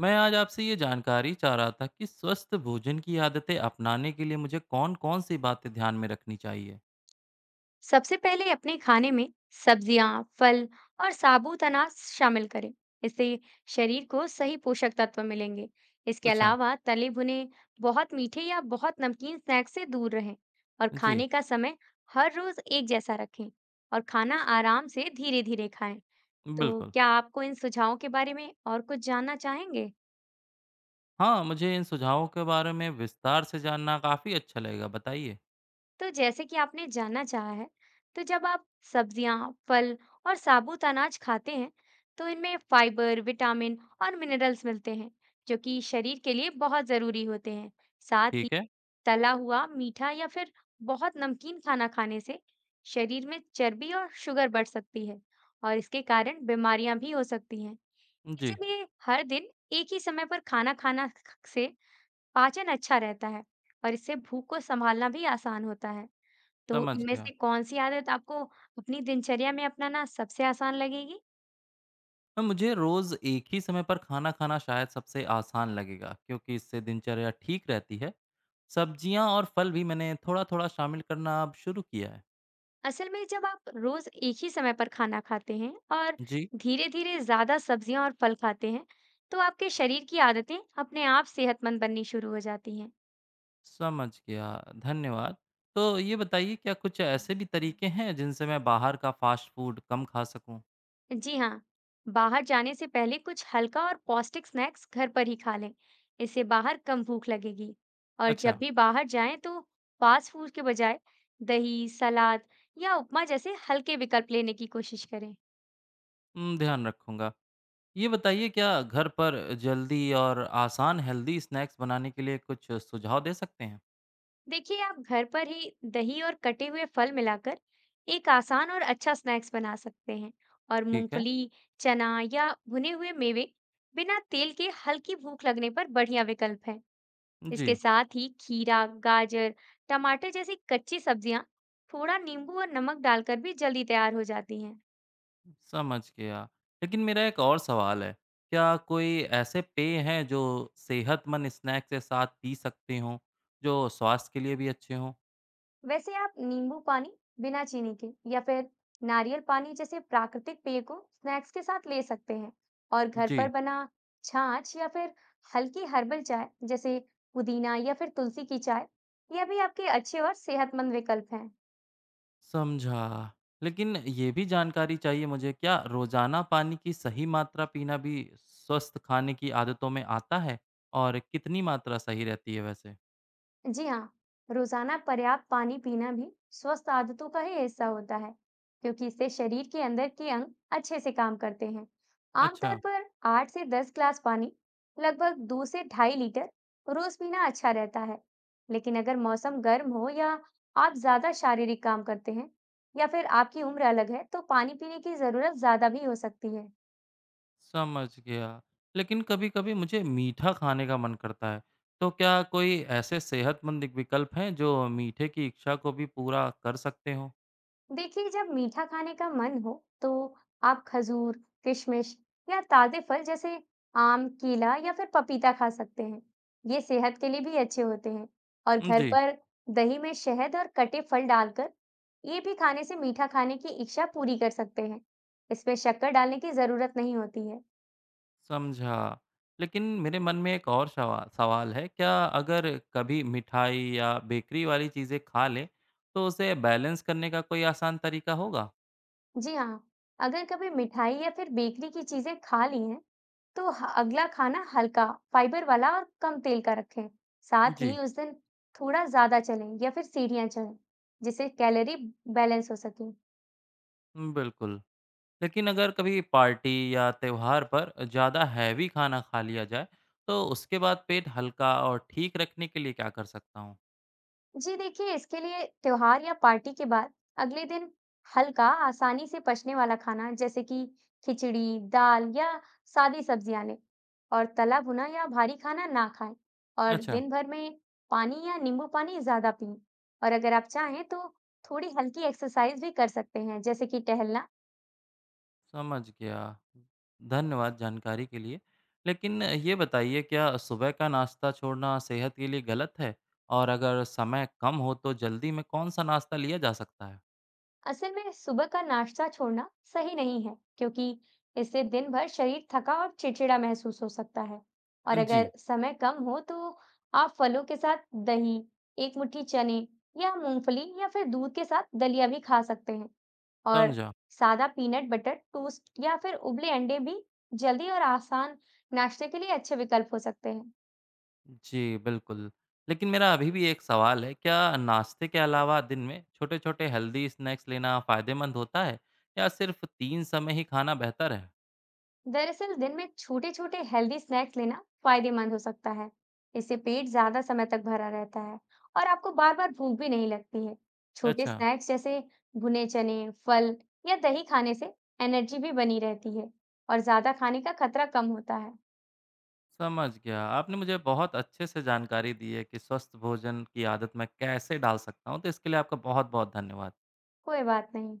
मैं आज आपसे ये जानकारी चाह रहा था कि स्वस्थ भोजन की आदतें अपनाने के लिए मुझे कौन-कौन सी बातें ध्यान में रखनी चाहिए? सबसे पहले अपने खाने में सब्जियां, फल और साबुत अनाज शामिल करें। इससे शरीर को सही पोषक तत्व मिलेंगे। इसके अच्छा। अलावा तले भुने, बहुत मीठे या बहुत नमकीन स्नैक्स से दूर रहें और जी। खाने का समय हर रोज एक जैसा रखें और खाना आराम से धीरे-धीरे खाएं। तो बिल्कुल। क्या आपको इन सुझावों के बारे में और कुछ जानना चाहेंगे? हाँ, मुझे इन सुझावों के बारे में विस्तार से जानना काफ़ी अच्छा लगेगा, बताइए। तो जैसे कि आपने जानना चाहा है, तो जब आप सब्जियां, फल और साबुत अनाज खाते हैं, तो इनमें फाइबर, विटामिन और मिनरल्स मिलते हैं, जो कि शरीर के लिए बहुत जरूरी होते हैं। साथ ही ठीक है? तला हुआ, मीठा या फिर बहुत नमकीन खाना खाने से शरीर में चर्बी और शुगर बढ़ सकती है, और इसके कारण बीमारियां भी हो सकती हैं। जी। इसीलिए हर दिन एक ही समय पर खाना खाना से पाचन अच्छा रहता है, और इससे भूख को संभालना भी आसान होता है। तो समझ इनमें गया। से कौन-सी आदत आपको अपनी दिनचर्या में अपनाना सबसे आसान लगेगी? मुझे रोज़ एक ही समय पर खाना खाना शायद सबसे आसान लगेगा क्योंकि इससे दिनचर्या ठीक रहती है। सब्जियाँ और फल भी मैंने थोड़ा-थोड़ा शामिल करना अब शुरू किया है। असल में जब आप रोज़ एक ही समय पर खाना खाते हैं और जी। धीरे-धीरे ज़्यादा सब्जियाँ और फल खाते हैं, तो आपके शरीर की आदतें अपने आप सेहतमंद बननी शुरू हो जाती हैं। समझ गया, धन्यवाद। तो ये बताइए क्या कुछ ऐसे भी तरीके हैं जिनसे मैं बाहर का फ़ास्ट फ़ूड कम खा सकूँ? जी हाँ, बाहर जाने से पहले कुछ हल्का और पौष्टिक स्नैक्स घर पर ही खा लें, इससे बाहर कम भूख लगेगी। और जब अच्छा। भी बाहर जाएँ तो फास्ट फूड के बजाय दही, सलाद या उपमा जैसे हल्के विकल्प लेने की कोशिश करें। ध्यान रखूँगा। ये बताइए क्या घर पर जल्दी और आसान हेल्दी स्नैक्स बनाने के लिए कुछ सुझाव दे सकते हैं? देखिए, आप घर पर ही दही और कटे हुए फल मिलाकर एक आसान और अच्छा स्नैक्स बना सकते हैं और ठीक है। मूंगफली, चना या भुने हुए मेवे बिना तेल के हल्की भूख लगने पर बढ़िया विकल्प है। इसके जी। साथ ही खीरा, गाजर, टमाटर जैसी कच्ची सब्जियां थोड़ा नींबू और नमक डालकर भी जल्दी तैयार हो जाती हैं। समझ गया। लेकिन मेरा एक और सवाल है, क्या कोई ऐसे पेय हैं जो सेहतमंद स्नैक्स के साथ पी सकते हों, जो स्वास्थ्य के लिए भी अच्छे हों? वैसे आप नींबू पानी बिना चीनी के या फिर नारियल पानी जैसे प्राकृतिक पेय को स्नैक्स के साथ ले सकते हैं और घर जी। पर बना छाछ या फिर हल्की हर्बल चाय जैसे पुदीना या फिर तुलसी की चाय, यह भी आपके अच्छे और सेहतमंद विकल्प हैं। समझा। लेकिन ये भी जानकारी चाहिए मुझे, क्या रोज़ाना पानी की सही मात्रा पीना भी स्वस्थ खाने की आदतों में आता है? और कितनी मात्रा सही रहती है वैसे? जी हाँ, रोजाना पर्याप्त पानी पीना भी स्वस्थ आदतों का ही हिस्सा होता है, क्योंकि इससे शरीर के अंदर के अंग अच्छे से काम करते हैं। आमतौर अच्छा। पर 8 से 10 ग्लास पानी, लगभग 2 से 2.5 लीटर रोज पीना अच्छा रहता है। लेकिन अगर मौसम गर्म हो या आप ज्यादा शारीरिक काम करते हैं, या फिर आपकी उम्र अलग है, तो पानी पीने की जरूरत ज्यादा भी हो सकती है। समझ गया। लेकिन कभी-कभी मुझे मीठा खाने का मन करता है, तो क्या कोई ऐसे सेहतमंद विकल्प हैं जो मीठे की इच्छा को भी पूरा कर सकते हों? देखिए, जब मीठा खाने का मन हो तो आप खजूर, किशमिश या ताजे फल जैसे आम, केला या फिर पपीता खा सकते हैं। ये सेहत के लिए भी अच्छे होते हैं और घर जी। पर दही में शहद और कटे फल डालकर ये भी खाने से मीठा खाने की इच्छा पूरी कर सकते हैं। इसमें शक्कर डालने की जरूरत नहीं होती है। समझा। लेकिन मेरे मन में एक और शवा सवाल है, क्या अगर कभी मिठाई या बेकरी वाली चीज़ें खा लें, तो उसे बैलेंस करने का कोई आसान तरीका होगा? जी हाँ, अगर कभी मिठाई या फिर बेकरी की चीजें खा ली हैं, तो अगला खाना हल्का, फाइबर वाला और कम तेल का रखें। साथ जी। ही उस दिन थोड़ा ज्यादा चलें या फिर सीढ़ियाँ चढ़ें, जिससे कैलोरी बैलेंस हो सके। बिल्कुल। लेकिन अगर कभी पार्टी या त्योहार पर ज़्यादा हैवी खाना खा लिया जाए, तो उसके बाद पेट हल्का और ठीक रखने के लिए क्या कर सकता हूँ? जी, देखिए, इसके लिए त्योहार या पार्टी के बाद अगले दिन हल्का, आसानी से पचने वाला खाना जैसे कि खिचड़ी, दाल या सादी सब्जियां लें और तला भुना या भारी खाना ना खाएं, और अच्छा। दिन भर में पानी या नींबू पानी ज्यादा पिएं, और अगर आप चाहें तो थोड़ी हल्की एक्सरसाइज भी कर सकते हैं, जैसे कि टहलना। समझ गया। धन्यवाद जानकारी के लिए। लेकिन ये बताइए क्या सुबह का नाश्ता छोड़ना सेहत के लिए गलत है? और अगर समय कम हो तो जल्दी में कौन-सा नाश्ता लिया जा सकता है? असल में सुबह का नाश्ता छोड़ना सही नहीं है क्योंकि इससे दिन भर शरीर थका और चिड़चिड़ा महसूस हो सकता है। और जी, अगर समय कम हो तो आप फलों के साथ दही, एक मुट्ठी चने या मूंगफली या फिर दूध के साथ दलिया भी खा सकते हैं, और समझा। सादा पीनट बटर टोस्ट या फिर उबले अंडे भी जल्दी और आसान नाश्ते के लिए अच्छे विकल्प हो सकते हैं। जी, बिल्कुल। लेकिन मेरा अभी भी एक सवाल है, क्या नाश्ते के अलावा दिन में छोटे-छोटे हेल्दी स्नैक्स लेना फ़ायदेमंद होता है? या सिर्फ़ 3 समय ही खाना बेहतर है? दरअसल दिन में छोटे छोटे हेल्दी स्नैक्स लेना फायदेमंद हो सकता है। इससे पेट ज्यादा समय तक भरा रहता है और आपको बार बार भूख भी नहीं लगती है। छोटे अच्छा। स्नैक्स जैसे भुने चने, फल या दही खाने से एनर्जी भी बनी रहती है और ज्यादा खाने का खतरा कम होता है। समझ गया। आपने मुझे बहुत अच्छे से जानकारी दी है कि स्वस्थ भोजन की आदत मैं कैसे डाल सकता हूँ, तो इसके लिए आपका बहुत-बहुत धन्यवाद। कोई बात नहीं।